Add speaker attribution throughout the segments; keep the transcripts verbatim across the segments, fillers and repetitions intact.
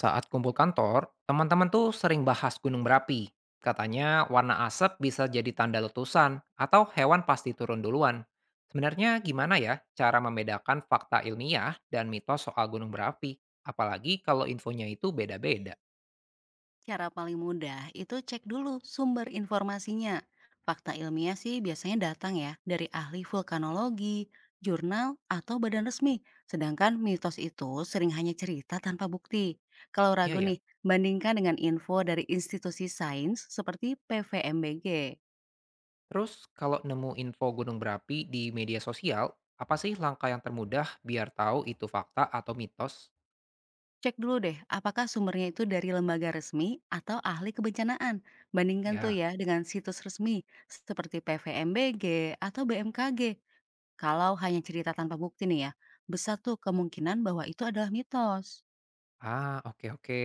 Speaker 1: Saat kumpul kantor, teman-teman tuh sering bahas gunung berapi. Katanya warna asap bisa jadi tanda letusan atau hewan pasti turun duluan. Sebenarnya gimana ya cara membedakan fakta ilmiah dan mitos soal gunung berapi? Apalagi kalau infonya itu beda-beda.
Speaker 2: Cara paling mudah itu cek dulu sumber informasinya. Fakta ilmiah sih biasanya datang ya dari ahli vulkanologi, jurnal, atau badan resmi. Sedangkan mitos itu sering hanya cerita tanpa bukti. Kalau
Speaker 1: Iya
Speaker 2: ragu
Speaker 1: ya.
Speaker 2: nih, bandingkan dengan info dari institusi sains seperti P V M B G.
Speaker 1: Terus kalau nemu info gunung berapi di media sosial, apa sih langkah yang termudah biar tahu itu fakta atau mitos?
Speaker 2: Cek dulu deh apakah sumbernya itu dari lembaga resmi atau ahli kebencanaan. Bandingkan tuh
Speaker 1: Ya.
Speaker 2: ya dengan situs resmi seperti P V M B G atau B M K G. Kalau hanya cerita tanpa bukti nih ya, besar tuh kemungkinan bahwa itu adalah mitos.
Speaker 1: Ah, oke oke.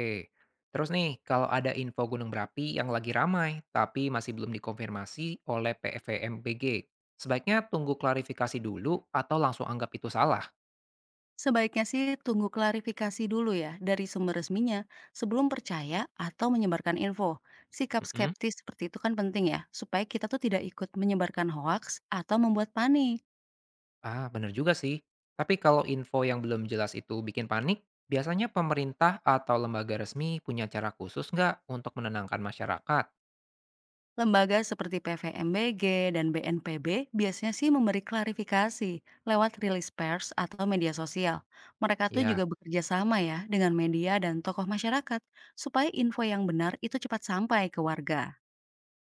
Speaker 1: Terus nih, kalau ada info gunung berapi yang lagi ramai, tapi masih belum dikonfirmasi oleh P V M B G, sebaiknya tunggu klarifikasi dulu atau langsung anggap itu salah?
Speaker 2: Sebaiknya sih tunggu klarifikasi dulu ya dari sumber resminya sebelum percaya atau menyebarkan info. Sikap
Speaker 1: Mm-mm.
Speaker 2: skeptis seperti itu kan penting ya, supaya kita tuh tidak ikut menyebarkan hoaks atau membuat panik.
Speaker 1: Ah, bener juga sih. Tapi kalau info yang belum jelas itu bikin panik, biasanya pemerintah atau lembaga resmi punya cara khusus nggak untuk menenangkan masyarakat?
Speaker 2: Lembaga seperti P V M B G dan B N P B biasanya sih memberi klarifikasi lewat rilis pers atau media sosial. Mereka tuh
Speaker 1: Ya.
Speaker 2: juga bekerja sama ya dengan media dan tokoh masyarakat supaya info yang benar itu cepat sampai ke warga.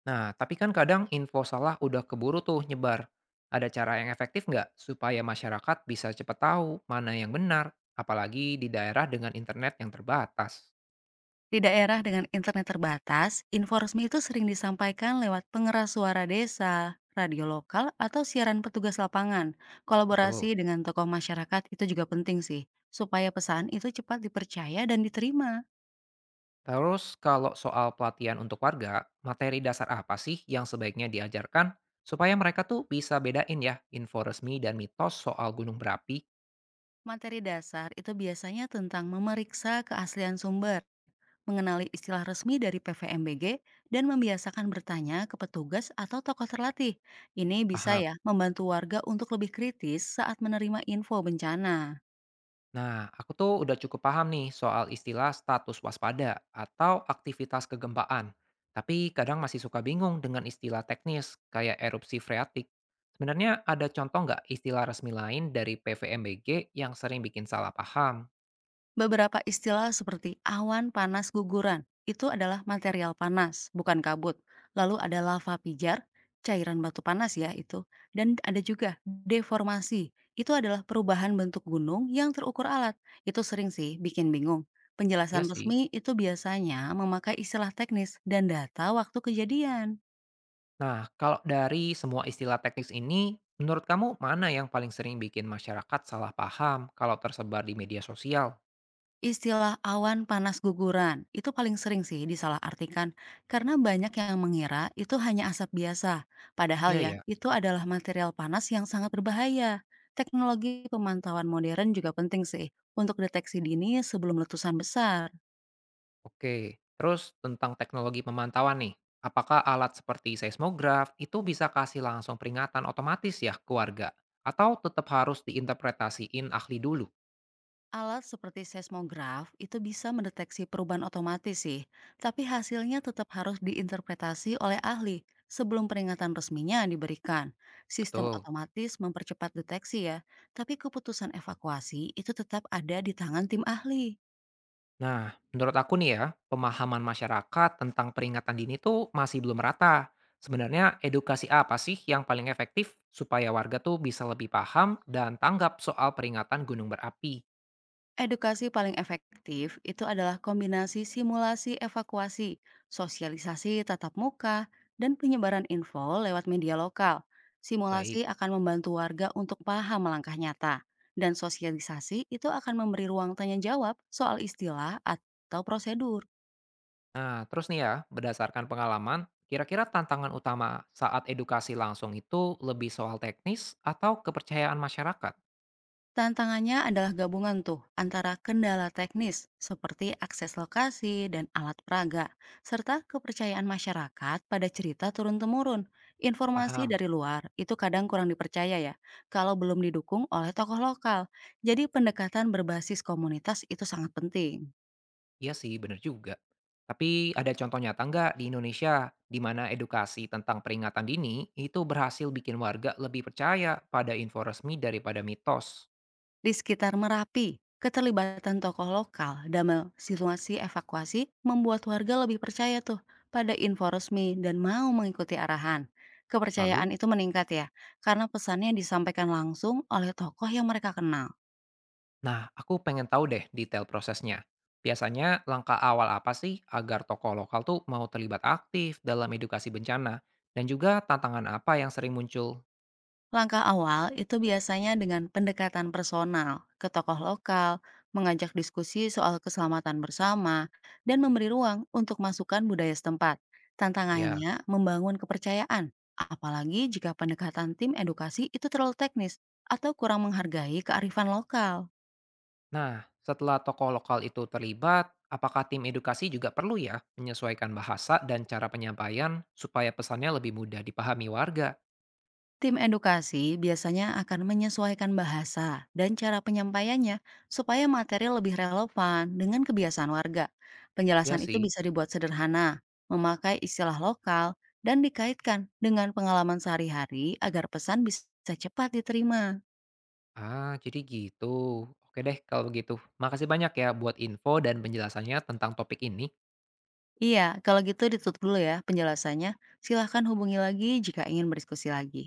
Speaker 1: Nah, tapi kan kadang info salah udah keburu tuh nyebar. Ada cara yang efektif nggak supaya masyarakat bisa cepat tahu mana yang benar, apalagi di daerah dengan internet yang terbatas?
Speaker 2: Di daerah dengan internet terbatas, info resmi itu sering disampaikan lewat pengeras suara desa, radio lokal, atau siaran petugas lapangan.
Speaker 1: Betul.
Speaker 2: Kolaborasi dengan tokoh masyarakat itu juga penting sih, supaya pesan itu cepat dipercaya dan diterima.
Speaker 1: Terus kalau soal pelatihan untuk warga, materi dasar apa sih yang sebaiknya diajarkan supaya mereka tuh bisa bedain ya info resmi dan mitos soal gunung berapi?
Speaker 2: Materi dasar itu biasanya tentang memeriksa keaslian sumber, mengenali istilah resmi dari P V M B G, dan membiasakan bertanya ke petugas atau tokoh terlatih. Ini bisa
Speaker 1: Paham?
Speaker 2: ya membantu warga untuk lebih kritis saat menerima info bencana.
Speaker 1: Nah, aku tuh udah cukup paham nih soal istilah status waspada atau aktivitas kegempaan. Tapi kadang masih suka bingung dengan istilah teknis kayak erupsi freatik. Sebenarnya ada contoh nggak istilah resmi lain dari P V M B G yang sering bikin salah paham?
Speaker 2: Beberapa istilah seperti awan panas guguran itu adalah material panas, bukan kabut. Lalu ada lava pijar, cairan batu panas ya itu. Dan ada juga deformasi, itu adalah perubahan bentuk gunung yang terukur alat. Itu sering sih bikin bingung.
Speaker 1: Ya
Speaker 2: Penjelasan
Speaker 1: sih.
Speaker 2: resmi itu biasanya memakai istilah teknis dan data waktu kejadian.
Speaker 1: Nah, kalau dari semua istilah teknis ini, menurut kamu mana yang paling sering bikin masyarakat salah paham kalau tersebar di media sosial?
Speaker 2: Istilah awan panas guguran itu paling sering sih disalahartikan karena banyak yang mengira itu hanya asap biasa. Padahal
Speaker 1: Iya
Speaker 2: ya,
Speaker 1: ya.
Speaker 2: itu adalah material panas yang sangat berbahaya. Teknologi pemantauan modern juga penting sih untuk deteksi dini sebelum letusan besar.
Speaker 1: Oke, terus tentang teknologi pemantauan nih, apakah alat seperti seismograf itu bisa kasih langsung peringatan otomatis ya ke warga? Atau tetap harus diinterpretasiin ahli dulu?
Speaker 2: Alat seperti seismograf itu bisa mendeteksi perubahan otomatis sih, tapi hasilnya tetap harus diinterpretasi oleh ahli sebelum peringatan resminya diberikan. Sistem
Speaker 1: Betul.
Speaker 2: otomatis mempercepat deteksi ya, tapi keputusan evakuasi itu tetap ada di tangan tim ahli.
Speaker 1: Nah, menurut aku nih ya, pemahaman masyarakat tentang peringatan dini tuh masih belum rata. Sebenarnya edukasi apa sih yang paling efektif supaya warga tuh bisa lebih paham dan tanggap soal peringatan gunung berapi?
Speaker 2: Edukasi paling efektif itu adalah kombinasi simulasi evakuasi, sosialisasi tatap muka, dan penyebaran info lewat media lokal. Simulasi
Speaker 1: Baik.
Speaker 2: akan membantu warga untuk paham langkah nyata, dan sosialisasi itu akan memberi ruang tanya jawab soal istilah atau prosedur.
Speaker 1: Nah, terus nih ya, berdasarkan pengalaman, kira-kira tantangan utama saat edukasi langsung itu lebih soal teknis atau kepercayaan masyarakat?
Speaker 2: Tantangannya adalah gabungan tuh antara kendala teknis seperti akses lokasi dan alat peraga, serta kepercayaan masyarakat pada cerita turun-temurun. Informasi
Speaker 1: Paham?
Speaker 2: dari luar itu kadang kurang dipercaya ya, kalau belum didukung oleh tokoh lokal. Jadi pendekatan berbasis komunitas itu sangat penting.
Speaker 1: Iya sih, bener juga. Tapi ada contoh nyata nggak di Indonesia di mana edukasi tentang peringatan dini itu berhasil bikin warga lebih percaya pada info resmi daripada mitos?
Speaker 2: Di sekitar Merapi, keterlibatan tokoh lokal dalam situasi evakuasi membuat warga lebih percaya tuh pada info resmi dan mau mengikuti arahan.
Speaker 1: Lalu?
Speaker 2: Kepercayaan itu meningkat ya, karena pesannya disampaikan langsung oleh tokoh yang mereka kenal.
Speaker 1: Nah, aku pengen tahu deh detail prosesnya. Biasanya langkah awal apa sih agar tokoh lokal tuh mau terlibat aktif dalam edukasi bencana? Dan juga tantangan apa yang sering muncul?
Speaker 2: Langkah awal itu biasanya dengan pendekatan personal ke tokoh lokal, mengajak diskusi soal keselamatan bersama, dan memberi ruang untuk masukan budaya setempat.
Speaker 1: Ya.
Speaker 2: Tantangannya membangun kepercayaan, apalagi jika pendekatan tim edukasi itu terlalu teknis atau kurang menghargai kearifan lokal.
Speaker 1: Nah, setelah tokoh lokal itu terlibat, apakah tim edukasi juga perlu ya menyesuaikan bahasa dan cara penyampaian supaya pesannya lebih mudah dipahami warga?
Speaker 2: Tim edukasi biasanya akan menyesuaikan bahasa dan cara penyampaiannya supaya materi lebih relevan dengan kebiasaan warga.
Speaker 1: Ya
Speaker 2: Penjelasan itu
Speaker 1: sih.
Speaker 2: bisa dibuat sederhana, memakai istilah lokal, dan dikaitkan dengan pengalaman sehari-hari agar pesan bisa cepat diterima.
Speaker 1: Ah, jadi gitu. Oke deh kalau begitu. Makasih banyak ya buat info dan penjelasannya tentang topik ini.
Speaker 2: Iya, kalau gitu ditutup dulu ya penjelasannya. Silahkan hubungi lagi jika ingin berdiskusi lagi.